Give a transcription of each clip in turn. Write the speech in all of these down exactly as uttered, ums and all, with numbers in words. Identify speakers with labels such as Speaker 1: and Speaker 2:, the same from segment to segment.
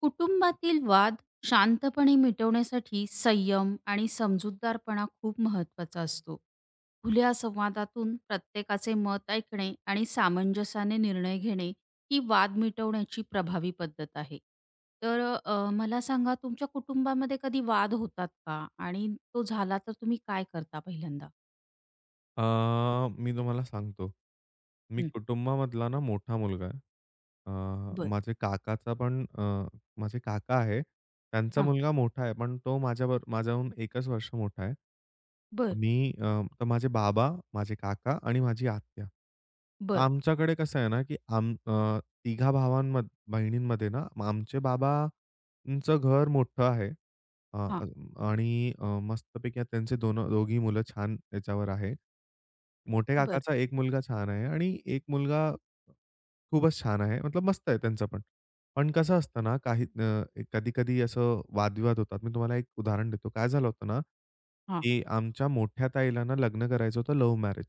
Speaker 1: कुटुंबातील वाद शांतपणे मिटवण्यासाठी संयम आणि समजूतदारपणा खूप महत्वाचा असतो. खुल्या संवादातून प्रत्येकाचे मत ऐकणे आणि सामंजस्याने निर्णय घेणे ही वाद मिटवण्याची प्रभावी पद्धत आहे. तर अ, मला सांगा, तुमच्या कुटुंबामध्ये कधी वाद होतात का? आणि तो झाला तर तुम्ही काय करता पहिल्यांदा?
Speaker 2: अ, मी तुम्हाला सांगतो. मी
Speaker 1: हं.
Speaker 2: कुटुंबामधला ना मोठा मुलगा आहे. अ,
Speaker 1: बरं.
Speaker 2: माझे काकाचा पण अ, माझे काका आहे. त्यांचा
Speaker 1: हां.
Speaker 2: मुलगा मोठा आहे, पण तो माझ्यावर माझ्याहून 1च वर्ष मोठा आहे.
Speaker 1: बरं,
Speaker 2: मी अ, तर माझे बाबा, माझे काका आणि माझी आत्या. तर
Speaker 1: बरं.
Speaker 2: आमच्याकडे कसं आहे ना, की आम अ, तिघा भावांमध्ये बहिणींमध्ये ना आमचे बाबांचं घर मोठं आहे. अ,
Speaker 1: हां.
Speaker 2: अ, आणि अ, मस्तपैकी आता त्यांचे दोन दोघी मुलं छान याच्यावर आहे. मोठ्या
Speaker 1: बरं.
Speaker 2: काकाचा एक मुलगा छान आहे आणि एक मुलगा खूपच छान आहे. मतलब मस्त आहे त्यांचं पण. पण कसं असतं
Speaker 1: ओके.
Speaker 2: ना, काही अ, कधी-कधी असं वादविवाद होतात. मी तुम्हाला एक उदाहरण देतो. काय झालं होतं ना,
Speaker 1: हां.
Speaker 2: की आमच्या मोठ्या ताईला ना लग्न करायचं होतं लव्ह मॅरेज.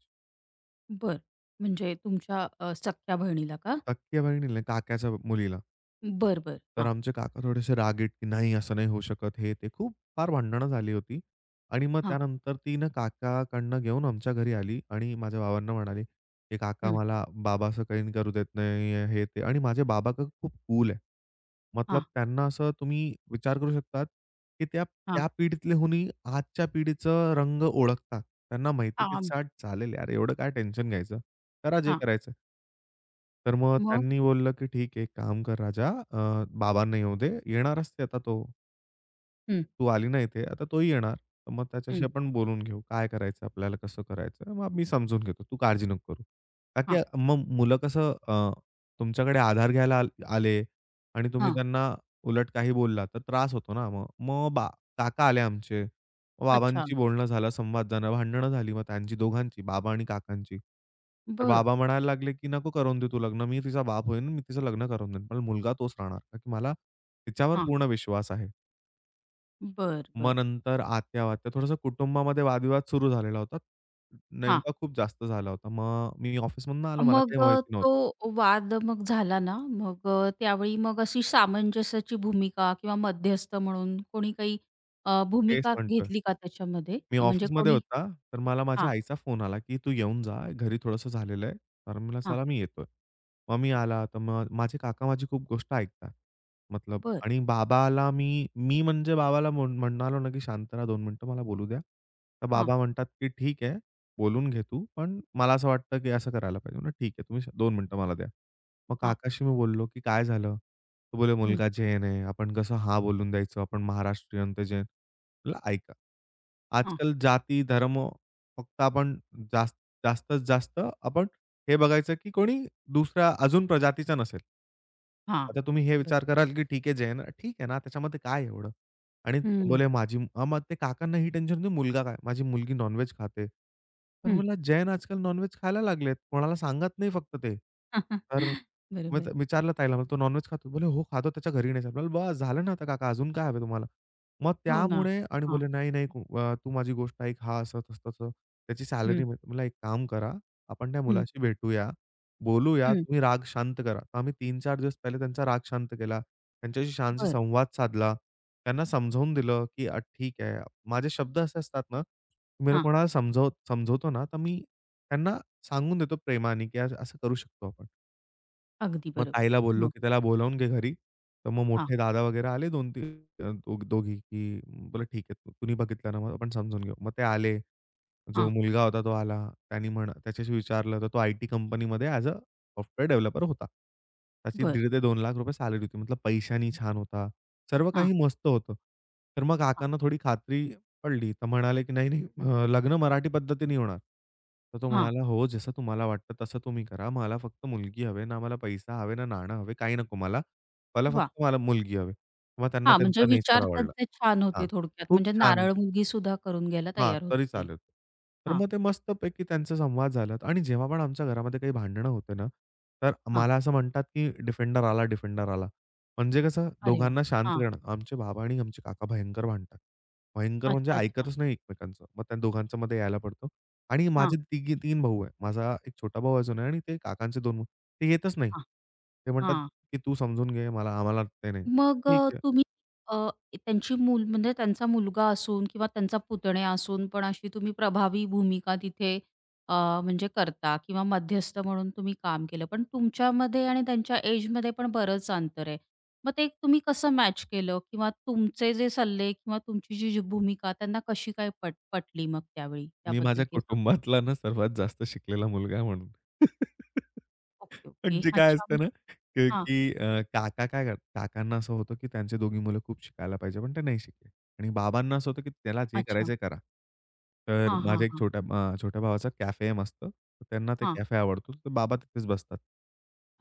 Speaker 1: बरं. म्हणजे तुमच्या अ, सख्ख्या बहिणीला का?
Speaker 2: सख्ख्या बहिणीला, नाही, काकाच्या मुलीला.
Speaker 1: बरं, बरं.
Speaker 2: तर
Speaker 1: हां.
Speaker 2: आमचे काका थोडेसे रागीट, की "नाही, असं नाही होऊ शकत." हे ते खूप फार भांडणं झाली होती. आणि मग
Speaker 1: हां.
Speaker 2: त्यानंतर ती ना काकाकडनं घेऊन आमच्या घरी आली आणि माझ्या बाबांना म्हणाली, की "काका
Speaker 1: हं.
Speaker 2: मला बाबा असं काही करू देत नाही." आहे, हे ते आणि माझे बाबा क खूप कूल आहे. मतलब
Speaker 1: हां.
Speaker 2: त्यांना असं तुम्ही विचार करू शकतात, की त्या
Speaker 1: हां.
Speaker 2: त्या पिढीतलेहुनही आजच्या पिढीचं रंग ओळखतात. त्यांना माहिती की
Speaker 1: आम
Speaker 2: चाट चालेल यार, एवढं काय टेन्शन घ्यायचं. करा जे
Speaker 1: हां.
Speaker 2: करायचं. तर मग
Speaker 1: मग?
Speaker 2: त्यांनी बोललं, की "ठीक आहे, एक काम कर राजा, अ, बाबांना येऊ दे. येणारच ते आता तो."
Speaker 1: हं.
Speaker 2: तू आली ना इथे, आता तोही येणार. तर मग त्याच्याशी
Speaker 1: हं.
Speaker 2: हं. आपण बोलून घेऊ. काय करायचं आपल्याला, कसं करायचं? मग मी समजून घेतो. तू काळजी नको करू. का की
Speaker 1: हां.
Speaker 2: मग मुलं कसं अ, तुमच्याकडे आधार घ्यायला आल आले आणि तुम्ही
Speaker 1: हां.
Speaker 2: त्यांना उलट काही बोलला तर त्रास होतो ना मग. मग बा काका आले आमचे. मग
Speaker 1: अच्छा.
Speaker 2: बाबांची बोलणं झालं, संवाद झाला, भांडणं झाली मग त्यांची दोघांची, बाबा आणि काकांची. तर
Speaker 1: बरं.
Speaker 2: बाबा म्हणायला लागले, की "नको करून देऊ तू लग्न. मी तिचा बाप होईन, मी तिचं लग्न करून देईन. पण मुलगा तोच राहणार." का की मला तिच्यावर
Speaker 1: हां.
Speaker 2: पूर्ण विश्वास आहे.
Speaker 1: बरं,
Speaker 2: मग
Speaker 1: बरं.
Speaker 2: नंतर आत्या-वात्या थोडंसं कुटुंबामध्ये वादविवाद सुरू झालेला होता.
Speaker 1: हां.
Speaker 2: नेमका खूप जास्त झाला होता. मग मी ऑफिसमधनं आलो, मला
Speaker 1: मग
Speaker 2: काही
Speaker 1: अ,
Speaker 2: माहिती नव्हतं.
Speaker 1: तो वाद मग झाला ना, मग अ, त्यावेळी मग अशी सामंजस्याची भूमिका किंवा मध्यस्थ म्हणून कोणी काही अ,
Speaker 2: तेच
Speaker 1: भूमिका
Speaker 2: म्हणतोय.
Speaker 1: घेतली का त्याच्यामध्ये?
Speaker 2: मी
Speaker 1: म्हणजे
Speaker 2: ऑफिसमध्ये
Speaker 1: कोणी.
Speaker 2: होता, तर मला
Speaker 1: हां.
Speaker 2: माझ्या आईचा फोन आला, की "तू येऊन जा, घरी थोडंसं झालेलं आहे." तर मी म्हटलं,
Speaker 1: हां.
Speaker 2: "चला मी येतोय." मग मी
Speaker 1: हां.
Speaker 2: आला, तर मग माझे काका माझी खूप गोष्ट ऐकतात. मतलब
Speaker 1: बरं.
Speaker 2: आणि बाबाला मी मी म्हणजे बाबाला म्हण म्हणालो ना, की "शांत रहा, दोन मिनिटं मला बोलू द्या." तर
Speaker 1: हां.
Speaker 2: बाबा म्हणतात, की "ठीक आहे, बोलून घे तू, पण मला असं वाटतं, की असं करायला पाहिजे." म्हणलं, "ठीक आहे, तुम्ही दोन मिनिटं मला द्या." मग
Speaker 1: हां.
Speaker 2: काकाशी मी बोललो, की "काय झालं?" तो बोलले,
Speaker 1: हं.
Speaker 2: "मुलगा जैन आहे, आपण कसं हां बोलून द्यायचं, आपण महाराष्ट्रीयन ते जैन." म्हटलं ऐका.
Speaker 1: हां.
Speaker 2: आजकाल जाती, धर्म फक्त आपण जास्त जास्तीत जास्त आपण हे बघायचं की कोणी दुसऱ्या अजून प्रजातीचा नसेल.
Speaker 1: हां.
Speaker 2: आता तुम्ही हे
Speaker 1: बरं.
Speaker 2: विचार कराल की ठीक आहे जैन ठीक आहे ना, त्याच्यामध्ये काय एवढं? आणि
Speaker 1: हं.
Speaker 2: बोले माझी अ, मग ते काकांना ही टेन्शन मुलगा काय? माझी मुलगी नॉन खाते. तर
Speaker 1: हं.
Speaker 2: मला जैन आजकाल नॉन खायला लागलेत. कोणाला सांगत नाही फक्त ते. तर मग त-
Speaker 1: बरोबर.
Speaker 2: विचारलं ताईला, मला "तो नॉन खातो?" बोले "हो, खातो त्याच्या घरी नाही." आपल्याला बस झालं ना आता काका अजून काय हवं तुम्हाला? मग
Speaker 1: हो ना.
Speaker 2: त्यामुळे आणि
Speaker 1: हां.
Speaker 2: बोलले, "नाही, नाही अ, तू माझी गोष्ट ऐक, हा असं तसं तसं त्याची
Speaker 1: हं.
Speaker 2: सॅलरी मिळते." म्हणलं, "एक काम करा, आपण त्या
Speaker 1: हं.
Speaker 2: मुलाशी भेटूया, बोलूया,
Speaker 1: हं.
Speaker 2: तुम्ही राग शांत करा." आम्ही तीन चार दिवस पहिले त्यांचा राग शांत केला. त्यांच्याशी छानशी
Speaker 1: बरं.
Speaker 2: संवाद साधला. त्यांना समजावून दिलं, की अ, ठीक आहे. माझे शब्द असे असतात ना, मी
Speaker 1: हां.
Speaker 2: कोणाला समजव समजवतो ना, तर मी त्यांना सांगून देतो प्रेमाने, की "आज असं करू शकतो आपण.
Speaker 1: अगदी
Speaker 2: मग
Speaker 1: बरोबर.
Speaker 2: ताईला बोललो,
Speaker 1: हो.
Speaker 2: की त्याला बोलावून घे घरी. तर मग
Speaker 1: हां,
Speaker 2: मोठे दादा वगैरे आले दोन तीन दो दोघी, की बोलले,
Speaker 1: हां,
Speaker 2: "ठीक आहे, तुम्ही बघितलं ना, मग आपण समजून घेऊ." मग ते आले. जो
Speaker 1: हां.
Speaker 2: मुलगा होता तो आला. त्यानी म्हण त्याच्याशी विचारलं, तर तो आयटी कंपनीमध्ये ॲज अ सॉफ्टवेअर डेव्हलपर होता. त्याची ₹दीड ते ₹दोन लाख रुपये सॅलरी होती. मतलब पैशानी छान होता. सर्व
Speaker 1: हां,
Speaker 2: काही मस्त होतं. तर मग
Speaker 1: हां,
Speaker 2: काकांना थोडी खात्री पडली, तर म्हणाले की "नाही-नाही अ, लग्न मराठी पद्धतीने होणार." तर तो
Speaker 1: हां.
Speaker 2: म्हणाला, "हो, जसं तुम्हाला वाटतं तसं तुम्ही करा. मला फक्त मुलगी हवे ना मला पैसा हवे ना नाणं हवे, काही नको मला. मला
Speaker 1: वाह!
Speaker 2: फक्त मला मुलगी हवी." मग त्यांना
Speaker 1: हां, म्हणजे
Speaker 2: त्यांचा नेचर
Speaker 1: विचारतात
Speaker 2: आवडला.
Speaker 1: ते छान
Speaker 2: हां,
Speaker 1: होते थोडक्यात.
Speaker 2: खूप
Speaker 1: म्हणजे
Speaker 2: छान.
Speaker 1: नारळ मुलगी सुद्धा करून घ्यायला
Speaker 2: हां,
Speaker 1: तयार
Speaker 2: तरी
Speaker 1: होते ते.
Speaker 2: चालेल. तर
Speaker 1: हां,
Speaker 2: मग ते मस्तपैकी त्यांचा संवाद झाला आणि जेव्हा पण आमच्या घरामध्ये काही भांडणं होते ना, तर
Speaker 1: हां.
Speaker 2: मला असं म्हणतात, की डिफेंडर आला, डिफेंडर आला. म्हणजे कसं
Speaker 1: अरे वाह!
Speaker 2: दोघांना शांत
Speaker 1: हां.
Speaker 2: करणं. आमचे बाबा आणि आमचे काका भयंकर भांडतात. भयंकर म्हणजे
Speaker 1: अच्छा, अच्छा.
Speaker 2: ऐकतच नाही एकमेकांचं. मग त्या दोघांचं मध्ये यायला पडतो आणि
Speaker 1: हां,
Speaker 2: माझे तिघी तीन भाऊ आहे. माझा एक छोटा भाऊ अजून आहे आणि ते काकांचे दोन ते येतच नाही.
Speaker 1: हां,
Speaker 2: ते म्हणतात,
Speaker 1: हां.
Speaker 2: की "तू समजून घे मला, आम्हाला ते नाही."
Speaker 1: मग
Speaker 2: ठीक
Speaker 1: अ,
Speaker 2: आहे.
Speaker 1: तुम्ही अ, त्यांची मूल म्हणजे त्यांचा मुलगा असून किंवा त्यांचा पुतण्या असून पण अशी तुम्ही प्रभावी भूमिका तिथे अ, म्हणजे करता किंवा मध्यस्थ म्हणून तुम्ही काम केलं. पण तुमच्यामध्ये आणि त्यांच्या एजमध्ये पण बरंच अंतर आहे. मग ते तुम्ही कसं मॅच केलं किंवा तुमचे जे सल्ले किंवा तुमची जी जी भूमिका त्यांना कशी काय पट पटली मग त्यावेळी?
Speaker 2: मी
Speaker 1: त्याबद्दल
Speaker 2: माझ्या
Speaker 1: काही सांगा?
Speaker 2: कुटुंबातला ना सर्वात जास्त शिकलेला मुलगा आहे म्हणून.
Speaker 1: Okay, okay.
Speaker 2: म्हणजे काय
Speaker 1: अच्छा,
Speaker 2: असतं ना,
Speaker 1: म्हणजे
Speaker 2: की
Speaker 1: हां.
Speaker 2: की अ, काका काय करतात, काकांना असं होतं, की त्यांची दोघी मुलं खूप शिकायला पाहिजे, पण ते नाही शिकले. आणि बाबांना असं होतं, की त्याला जे
Speaker 1: अच्छा.
Speaker 2: करायचंय करा. तर
Speaker 1: हां, हां,
Speaker 2: माझ्या एक
Speaker 1: हां.
Speaker 2: छोट्या अ, छोट्या भावाचा कॅफे आहे मस्त. तर त्यांना ते
Speaker 1: हां.
Speaker 2: कॅफे आवडतो, तर बाबा तिथेच बसतात.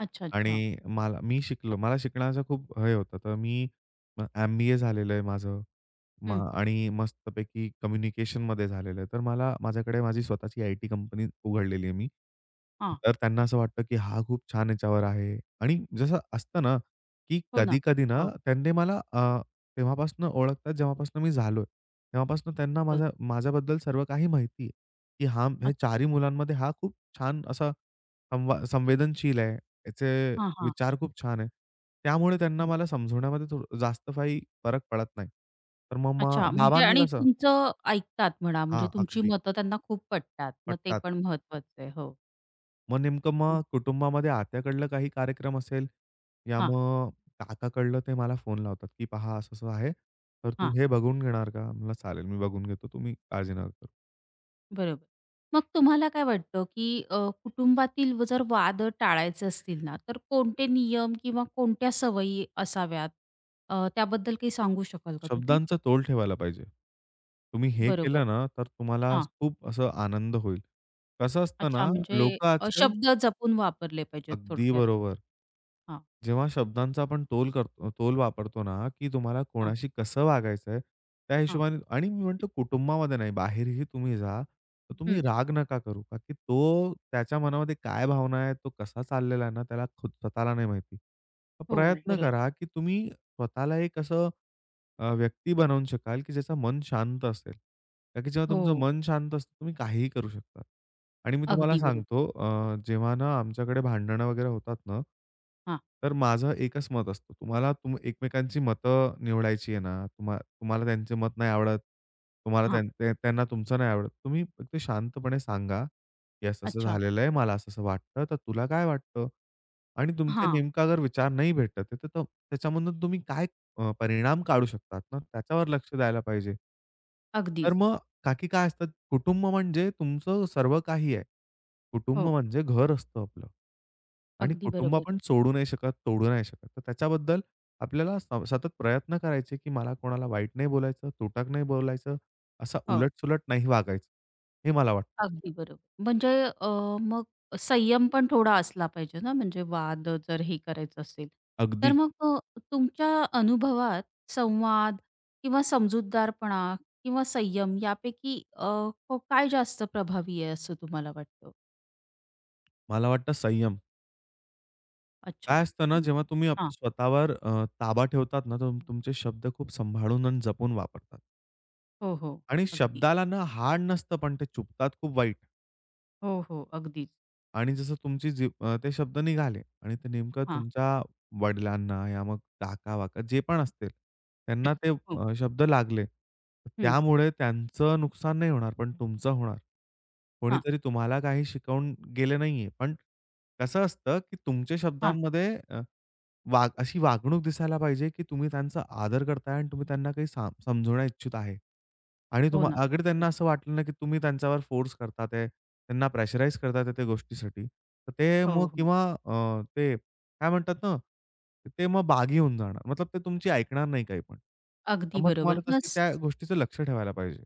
Speaker 1: अच्छा, अच्छा.
Speaker 2: आणि मला मी शिकलो. मला शिकण्याचं खूप हे होतं. तर मी एम-बी-ए झालेलं आहे माझं.
Speaker 1: हं.
Speaker 2: मग आणि मस्तपैकी कम्युनिकेशनमध्ये झालेलं आहे. तर मला माझ्याकडे माझी स्वतःची आय-टी कंपनी उघडलेली आहे मी.
Speaker 1: हां.
Speaker 2: तर त्यांना असं वाटतं, की हा खूप छान याच्यावर आहे आणि जसं असतं ना, की
Speaker 1: हो ना.
Speaker 2: कधी-कधी ना
Speaker 1: हो.
Speaker 2: त्यांनी मला अ, तेव्हापासून ओळखतात जेव्हापासून मी झालोय. तेव्हापासून त्यांना
Speaker 1: बरं.
Speaker 2: माझ्या माझ्याबद्दल सर्व काही माहिती आहे, की हा हे 4ही मुलांमध्ये हा खूप छान असा संवा संवेदनशील आहे. याचे
Speaker 1: हां, हां.
Speaker 2: विचार खूप छान आहे. त्यामुळे त्यांना
Speaker 1: हं.
Speaker 2: मला समजवण्यामध्ये थोडं जास्त काही फरक पडत नाही. तर मग मा
Speaker 1: अच्छा, म्हणजे
Speaker 2: बाबांना
Speaker 1: आणि
Speaker 2: कसं
Speaker 1: तुमचं ऐकतात म्हणा, म्हणजे
Speaker 2: हां,
Speaker 1: तुमची
Speaker 2: अगदी
Speaker 1: मतं त्यांना खूप पटतात. मग ते
Speaker 2: पटतात.
Speaker 1: पण महत्वाचं आहे. हो.
Speaker 2: मग नेमकं
Speaker 1: हं.
Speaker 2: मग कुटुंबामध्ये आत्याकडलं काही कार्यक्रम असेल, या
Speaker 1: हां,
Speaker 2: मग काकाकडलं ते मला फोन लावतात, की "पहा असं-असं आहे, तर तू
Speaker 1: हां.
Speaker 2: हे बघून घेणार का?" म्हणलं, "चालेल, मी बघून घेतो, तुम्ही काळजी नका करू."
Speaker 1: बरोबर. मग तुम्हाला काय वाटतं, की अ, कुटुंबातील व जर वाद टाळायचे असतील ना, तर कोणते नियम किंवा कोणत्या सवयी असाव्यात? अ, त्याबद्दल काही सांगू शकाल का तुम्ही?
Speaker 2: शब्दांचा तोल ठेवायला पाहिजे. तुम्ही हे
Speaker 1: बरोबर.
Speaker 2: केलं ना, तर तुम्हाला
Speaker 1: हां.
Speaker 2: खूप असं आनंद होईल. कसं असतं
Speaker 1: अच्छा,
Speaker 2: ना,
Speaker 1: म्हणजे
Speaker 2: लोकं
Speaker 1: अ,
Speaker 2: आजकाल
Speaker 1: शब्द जपून वापरले पाहिजेत
Speaker 2: अगदी
Speaker 1: थोडक्यात.
Speaker 2: बरोबर.
Speaker 1: हां,
Speaker 2: जेव्हा शब्दांचा आपण तोल करतो तोल वापरतो ना, की तुम्हाला
Speaker 1: हां,
Speaker 2: कोणाशी कसं वागायचंय, त्या
Speaker 1: हां.
Speaker 2: हिशोबाने आणि मी म्हणतो कुटुंबामध्ये नाही, बाहेरही तुम्ही जा, तर तुम्ही
Speaker 1: हं.
Speaker 2: राग नका करू. का की तो त्याच्या मनामध्ये काय भावना आहे, तो कसा चाललेला आहे ना, त्याला खुद स्वतःला नाही माहिती. तर
Speaker 1: हो,
Speaker 2: प्रयत्न
Speaker 1: बरोबर.
Speaker 2: करा, की तुम्ही स्वतःला एक असं अ, व्यक्ती बनवू शकाल, की ज्याचं मन शांत असेल. कारण की जेव्हा तुमचं
Speaker 1: हो.
Speaker 2: मन शांत असतं, तुम्ही काहीही करू शकता. आणि मी तुम्हाला
Speaker 1: अगदी बरोबर.
Speaker 2: सांगतो अ, जेव्हा ना आमच्याकडे भांडणं वगैरे होतात ना,
Speaker 1: हां.
Speaker 2: तर माझं एकच मत असतं. तुम्हाला तुम एकमेकांची मतं निवडायची आहे ना, तुम्हा तुम्हाला त्यांचे मत नाही आवडत, तुम्हाला
Speaker 1: हां.
Speaker 2: त्यां ते त्यांना तुमचं नाही आवडत. तुम्ही फक्त शांतपणे सांगा, की असं-असं
Speaker 1: अच्छा.
Speaker 2: झालेलं आहे, मला असं-असं वाटतं, तर तुला काय वाटतं? आणि तुमचे
Speaker 1: हां.
Speaker 2: नेमका जर विचार नाही भेटत आहे, तर त त्याच्यामधून तुम्ही काय अ, परिणाम काढू शकतात ना, त्याच्यावर लक्ष द्यायला पाहिजे. तर
Speaker 1: अगदीच.
Speaker 2: मग का की काय असतं, कुटुंब म्हणजे तुमचं सर्व काही आहे. कुटुंब
Speaker 1: हो,
Speaker 2: म्हणजे घर असतं आपलं. आणि
Speaker 1: अगदी
Speaker 2: कुटुंब
Speaker 1: बरोबर.
Speaker 2: आपण सोडू नाही शकत, तोडू नाही शकत. तर त्याच्याबद्दल आपल्याला स सतत प्रयत्न करायचे, की मला कोणाला वाईट नाही बोलायचं, तुटक नाही बोलायचं, असा
Speaker 1: हो,
Speaker 2: उलट नाही वागायचं. हे मला वाटतं.
Speaker 1: अगदी बरोबर. म्हणजे अ, मग संयम पण थोडा असला पाहिजे ना, म्हणजे वाद जर हे करायचं असेल. तर
Speaker 2: अगदी.
Speaker 1: मग अ, तुमच्या अनुभवात संवाद किंवा समजूतदारपणा किंवा संयम, यापैकी अ, क काय जास्त प्रभावी आहे असं तुम्हाला वाटतं?
Speaker 2: मला वाटतं संयम.
Speaker 1: अच्छा.
Speaker 2: काय असतं ना,
Speaker 1: हं.
Speaker 2: जेव्हा तुम्ही आप
Speaker 1: हां.
Speaker 2: स्वतःवर अ, ताबा ठेवतात ना, तर तुम- तुमचे शब्द खूप सांभाळून आणि जपून वापरतात.
Speaker 1: हो, हो.
Speaker 2: आणि
Speaker 1: अगदी.
Speaker 2: शब्दाला ना हाड नसतं, पण ते चुभतात खूप वाईट.
Speaker 1: हो, हो. अगदीच.
Speaker 2: आणि जसं तुमची जीभ अ, ते शब्द निघाले आणि ते नेमकं
Speaker 1: हां.
Speaker 2: तुमच्या वडिलांना या मग काका-वाका जे पण असतील, त्यांना ते
Speaker 1: हो.
Speaker 2: अ, शब्द लागले. तर
Speaker 1: हं.
Speaker 2: त्यामुळे त्यांचं नुकसान नाही होणार, पण तुमचं होणार.
Speaker 1: हां,
Speaker 2: कोणीतरी तुम्हाला काही शिकवून गेले नाहीये, पण कसं असतं, की तुमच्या
Speaker 1: हां.
Speaker 2: शब्दांमध्ये अ वाग अशी वागणूक दिसायला पाहिजे, की तुम्ही त्यांचा आदर करताय आणि तुम्ही त्यांना काही साम समजवण्या इच्छित आहे. आणि
Speaker 1: हो
Speaker 2: तुम्हा
Speaker 1: ना.
Speaker 2: अगर त्यांना
Speaker 1: बरोबर.
Speaker 2: असं वाटलं ना, की तुम्ही त्यांच्यावर फोर्स करतात आहे, त्यांना प्रेशराईज करतात आहे त्या गोष्टीसाठी, तर ते
Speaker 1: हो,
Speaker 2: मग
Speaker 1: हो.
Speaker 2: किंवा अ, ते काय म्हणतात ना, ते मग बागी होऊन जाणार. मतलब ते तुमची ऐकणार नाही काही पण. तर
Speaker 1: अगदी
Speaker 2: मग तुम्हाला
Speaker 1: बरोबर. मग
Speaker 2: तशी त्या गोष्टीचं लक्ष ठेवायला पाहिजे.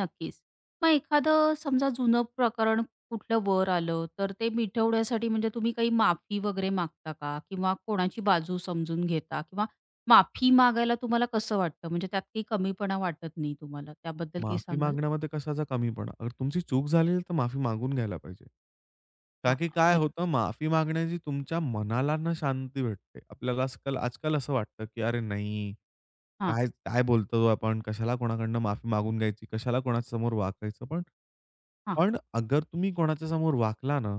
Speaker 1: नक्कीच. मग एखादं समजा जुनं प्रकरण कुठलं वर आलं, तर ते मिटवण्यासाठी म्हणजे तुम्ही काही माफी वगैरे मागता का? किंवा कोणाची बाजू समजून घेता? किंवा माफी मागायला तुम्हाला कसं वाटतं? म्हणजे त्यात काही कमीपणा वाटत नाही तुम्हाला? त्याबद्दल काही
Speaker 2: माफी
Speaker 1: सांगाल?
Speaker 2: मागण्यामध्ये कशाचा कमीपणा? अगर तुमची चूक झाली तर माफी मागून घ्यायला पाहिजे. का की
Speaker 1: हां,
Speaker 2: काय होतं
Speaker 1: बरोबर.
Speaker 2: माफी मागण्याची तुमच्या मनाला ना शांती भेटते. आपल्याला आजकाल आजकाल असं वाटतं, की "अरे नाही,
Speaker 1: हां.
Speaker 2: काय काय बोलतो आपण? कशाला कोणाकडनं माफी मागून घ्यायची? कशाला कोणासमोर वाकायचं? पण
Speaker 1: हा.
Speaker 2: पण अगर तुम्ही कोणाच्या समोर वाकला ना,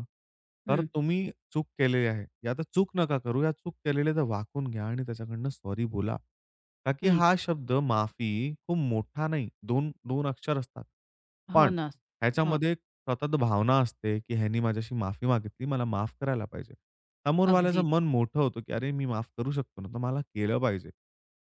Speaker 2: तर
Speaker 1: हं,
Speaker 2: तुम्ही चूक केलेली आहे. या तर चूक नका करू. या चूक केलेली तर वाकून घ्या आणि त्याच्याकडनं सॉरी बोला. का की
Speaker 1: हं.
Speaker 2: हा शब्द माफी खूप मोठा नाही. दोन दोन अक्षर असतात.
Speaker 1: हो
Speaker 2: पण
Speaker 1: ना. हो,
Speaker 2: ह्याच्यामध्ये एक सतत भावना असते, की ह्यानी माझ्याशी माफी मागितली. मला माफ करायला पाहिजे. समोरवाल्याचं
Speaker 1: अगदीच.
Speaker 2: मन मोठं होतं, की "अरे, मी माफ करू शकतो ना, तर मला केलं पाहिजे."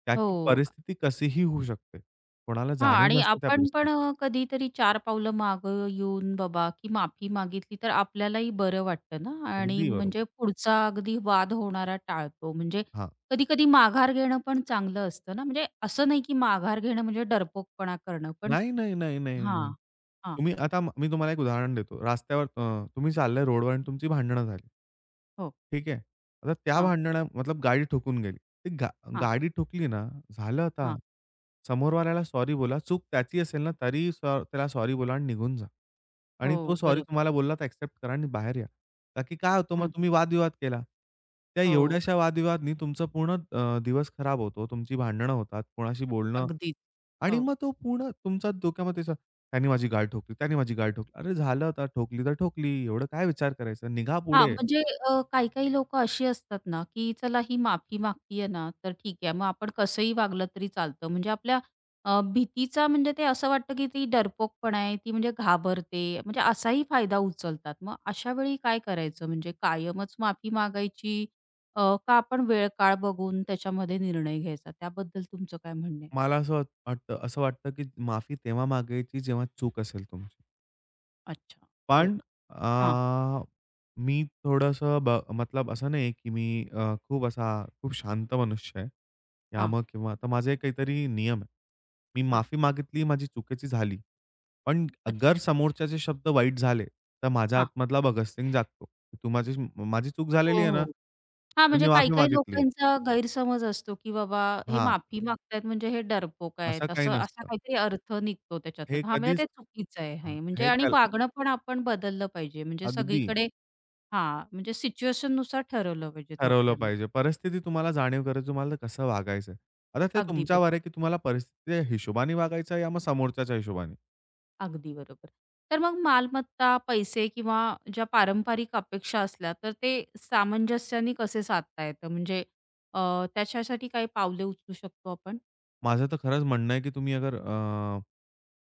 Speaker 2: का
Speaker 1: हो.
Speaker 2: की परिस्थिती कशीही होऊ शकते. कोणाला
Speaker 1: हां,
Speaker 2: जाणीव
Speaker 1: आणि
Speaker 2: नसते त्या
Speaker 1: आपण पण
Speaker 2: परिस्थितीची.
Speaker 1: अ, कधीतरी चार पावलं मागं येऊन, बाबा, की माफी मागितली तर आपल्यालाही बरं वाटतं ना, आणि
Speaker 2: अगदी
Speaker 1: म्हणजे
Speaker 2: बरोबर.
Speaker 1: पुढचा अगदी वाद होणारा टाळतो. म्हणजे
Speaker 2: हां.
Speaker 1: कधी-कधी माघार घेणं पण चांगलं असतं ना, म्हणजे असं नाही की माघार घेणं म्हणजे डरपोकपणा करणं, पण
Speaker 2: नाही, नाही, नाही, नाही, नाही.
Speaker 1: हां. हां.
Speaker 2: तुम्ही आता मी तुम्हाला एक उदाहरण देतो. रस्त्यावर अ, तुम्ही चालले रोडवर आणि तुमची भांडणं झाली.
Speaker 1: हो.
Speaker 2: ठीक आहे. आता त्या
Speaker 1: हां,
Speaker 2: भांडणं मतलब गाडी ठोकून गेली. ती गा
Speaker 1: हां,
Speaker 2: गाडी ठोकली ना, झालं आता.
Speaker 1: हां.
Speaker 2: समोरवाल्याला सॉरी बोला. चूक त्याची असेल ना, तरी सॉ त्याला सॉरी बोला आणि निघून जा. आणि तो
Speaker 1: हो,
Speaker 2: सॉरी
Speaker 1: बरोबर.
Speaker 2: तुम्हाला बोलला तर एक्सेप्ट करा आणि बाहेर या. का की काय होतं मग
Speaker 1: हं.
Speaker 2: तुम्ही वादविवाद केला. त्या
Speaker 1: हो,
Speaker 2: एवढ्याशा वादविवादनी तुमचा पूर्ण अ, दिवस खराब होतो. तुमची भांडणं होतात. कोणाशी बोलणं
Speaker 1: अगदीच.
Speaker 2: आणि
Speaker 1: हो.
Speaker 2: मग तो पूर्ण तुमच्या डोक्यामध्ये असं, त्याने माझी गाड ठोकली, त्याने माझी गाड ठोकली. अरे झालं आता ठोकली तर ठोकली, एवढं काय विचार करायचा, निघा
Speaker 1: हां,
Speaker 2: पुढे.
Speaker 1: म्हणजे अ, काही-काही लोकं अशी असतात ना, की चला, ही माफी मागतीये ना, तर ठीक आहे. मग आपण कसंही वागलं तरी चालतं. म्हणजे आपल्या अ, भीतीचा, म्हणजे ते असं वाटतं, की ती डरपोकपणा आहे, ती म्हणजे घाबरते. म्हणजे असाही फायदा उचलतात. मग अशा वेळी काय करायचं? म्हणजे कायमच माफी मागायची, अ, का आपण वेळ-काळ बघून त्याच्यामध्ये निर्णय घ्यायचा? त्याबद्दल तुमचं काय म्हणणं आहे?
Speaker 2: मला असं वाट- वाटतं असं वाटतं, की माफी तेव्हा मागायची जेव्हा चूक असेल तुमची.
Speaker 1: अच्छा. बरं.
Speaker 2: पण
Speaker 1: हां,
Speaker 2: अ, मी थोडंसं ब मतलब असं नाही, की मी अ, खूप असा खूप शांत मनुष्य आहे.
Speaker 1: हां,
Speaker 2: यामुळे किंवा आता माझे काहीतरी नियम आहे. मी
Speaker 1: हां.
Speaker 2: माफी मागितली, माझी चुकीची झाली. पण
Speaker 1: अच्छा.
Speaker 2: अगर समोरच्याचे शब्द वाईट झाले, तर माझ्या
Speaker 1: हां.
Speaker 2: आतमधला भगत सिंग जागतो. तू माझी माझी चूक
Speaker 1: हो,
Speaker 2: झालेली आहे ना,
Speaker 1: हो. हां,
Speaker 2: तर
Speaker 1: म्हणजे
Speaker 2: मी माफी
Speaker 1: काही-काही
Speaker 2: मागितली आहे.
Speaker 1: लोकांचा गैरसमज असतो, की बाबा हे
Speaker 2: हां,
Speaker 1: माफी मागतायत म्हणजे हे डरपोक
Speaker 2: असं
Speaker 1: आहेत,
Speaker 2: काही
Speaker 1: असं असा
Speaker 2: नसतं.
Speaker 1: काहीतरी अर्थ निघतो त्याच्यातून.
Speaker 2: हे
Speaker 1: हां, म्हणजे
Speaker 2: कधीच
Speaker 1: ते चुकीचं आहे,
Speaker 2: हां,
Speaker 1: हे म्हणजे,
Speaker 2: हे
Speaker 1: आणि
Speaker 2: कल
Speaker 1: वागणं पण आपण बदललं पाहिजे, म्हणजे
Speaker 2: अगदी
Speaker 1: सगळीकडे. हां, म्हणजे सिच्युएशननुसार ठरवलं पाहिजे
Speaker 2: ठरवलं पाहिजे.
Speaker 1: थोडक्यामध्ये.
Speaker 2: परिस्थिती तुम्हाला जाणीव करेल, तुम्हाला कसं वागायचं. आता ते
Speaker 1: अगदी
Speaker 2: तुमच्यावर
Speaker 1: बरोबर.
Speaker 2: आहे, की तुम्हाला परिस्थितीच्या हिशोबाने वागायचं या मग समोरच्याच्या हिशोबाने.
Speaker 1: अगदी बरोबर. तर मग मालमत्ता, पैसे किंवा ज्या पारंपरिक अपेक्षा असल्या, तर ते सामंजस्याने कसे साधता येतं? म्हणजे अ, त्याच्यासाठी काही पावले उचलू शकतो आपण?
Speaker 2: माझं तर खरंच म्हणणं आहे, की तुम्ही अगर अ,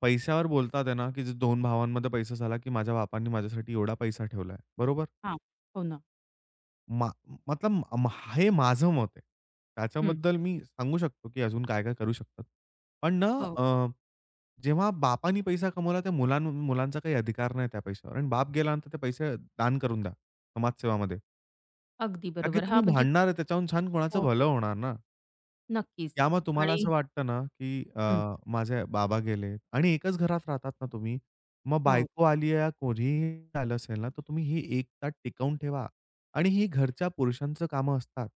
Speaker 2: पैशावर बोलतात आहे ना, की दोन भावांमध्ये पैसा झाला, की माझ्या बापांनी माझ्यासाठी एवढा पैसा ठेवलाय. बरोबर?
Speaker 1: हां. हो ना.
Speaker 2: मा मतलब म हे माझं मत आहे.
Speaker 1: हं.
Speaker 2: त्याच्याबद्दल मी सांगू शकतो, की अजून काय-काय करू शकतात. पण ना
Speaker 1: हो.
Speaker 2: अ, जेव्हा बापानी पैसा कमवला त्या मुलां मुलांचा काही अधिकार नाही त्या पैशावर आणि बाप गेल्यानंतर ते पैसे दान करून द्या, समाजसेवामध्ये.
Speaker 1: अगदी
Speaker 2: का की
Speaker 1: बरोबर. हा,
Speaker 2: तुम्ही
Speaker 1: म्हणजे
Speaker 2: भांडणार आहे त्याच्याहून छान कोणाचं
Speaker 1: हो,
Speaker 2: भलं
Speaker 1: हो.
Speaker 2: होणार ना.
Speaker 1: नक्कीच.
Speaker 2: या यामुळे तुम्हाला
Speaker 1: आणि
Speaker 2: असं वाटतं ना, की अ,
Speaker 1: हं.
Speaker 2: माझे बाबा गेले आणि एकाच घरात राहतात ना तुम्ही. मग
Speaker 1: हो,
Speaker 2: बायको आली आहे, कोणीही आलं असेल ना, तर तुम्ही ही एकता टिकवून ठेवा आणि ही घरच्या पुरुषांचं कामं असतात.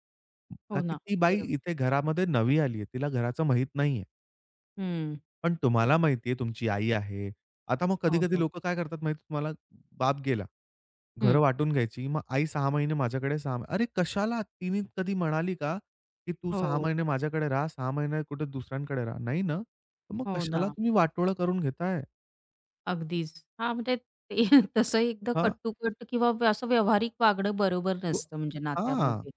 Speaker 2: का
Speaker 1: हो
Speaker 2: की
Speaker 1: ना.
Speaker 2: ती बाई
Speaker 1: बरोबर.
Speaker 2: इथे घरामध्ये नवी आली आहे. तिला घराचं माहीत नाहीये.
Speaker 1: हं.
Speaker 2: पण तुम्हाला
Speaker 1: बरोबर.
Speaker 2: माहिती आहे तुमची आई आहे. आता मग
Speaker 1: हो,
Speaker 2: कधी-कधी
Speaker 1: हो.
Speaker 2: लोकं काय करतात माहिती आहे तुम्हाला? बाप गेला. घरं
Speaker 1: हं.
Speaker 2: वाटून घ्यायची. मग आई सहा महिने माझ्याकडे सहा अरे कशाला? तिने कधी म्हणाली का, की "तू सहा
Speaker 1: हो,
Speaker 2: महिने माझ्याकडे राहा, सहा महिने कुठे दुसऱ्यांकडे राहा." नाही ना. तर मग
Speaker 1: हो
Speaker 2: कशाला
Speaker 1: ना.
Speaker 2: तुम्ही वाटोळं करून घेताय?
Speaker 1: अगदीच. हां, म्हणजे ते तसं एकदा
Speaker 2: हां.
Speaker 1: कट्टुकट किंवा व्य- असं व्यावहारिक वागणं बरोबर नसतं, म्हणजे
Speaker 2: हां.
Speaker 1: नात्यामध्ये.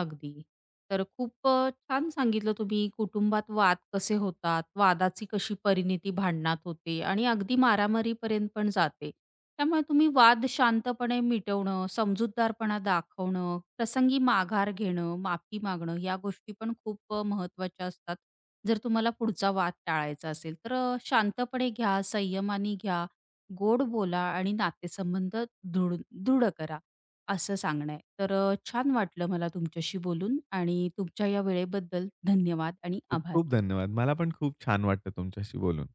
Speaker 1: अगदी. तर खूप अ, छान सांगितलं तुम्ही, कुटुंबात वाद कसे होतात, वादाची कशी परिणती भांडणात होते आणि अगदी मारामारीपर्यंत पण जाते. त्यामुळे तुम्ही वाद शांतपणे मिटवणं, समजूतदारपणा दाखवणं, प्रसंगी माघार घेणं, माफी मागणं या गोष्टी पण खूप अ, महत्त्वाच्या असतात. जर तुम्हाला पुढचा वाद टाळायचा असेल तर अ, शांतपणे घ्या, संयमाने घ्या, गोड बोला आणि नातेसंबंध दृढ दृढ करा. असं सांगणं आहे. तर अ, छान वाटलं मला तुमच्याशी बोलून, आणि तुमच्या या वेळेबद्दल धन्यवाद आणि
Speaker 2: खूप
Speaker 1: आभार.
Speaker 2: खूप धन्यवाद. मला पण खूप छान वाटलं तुमच्याशी बोलून.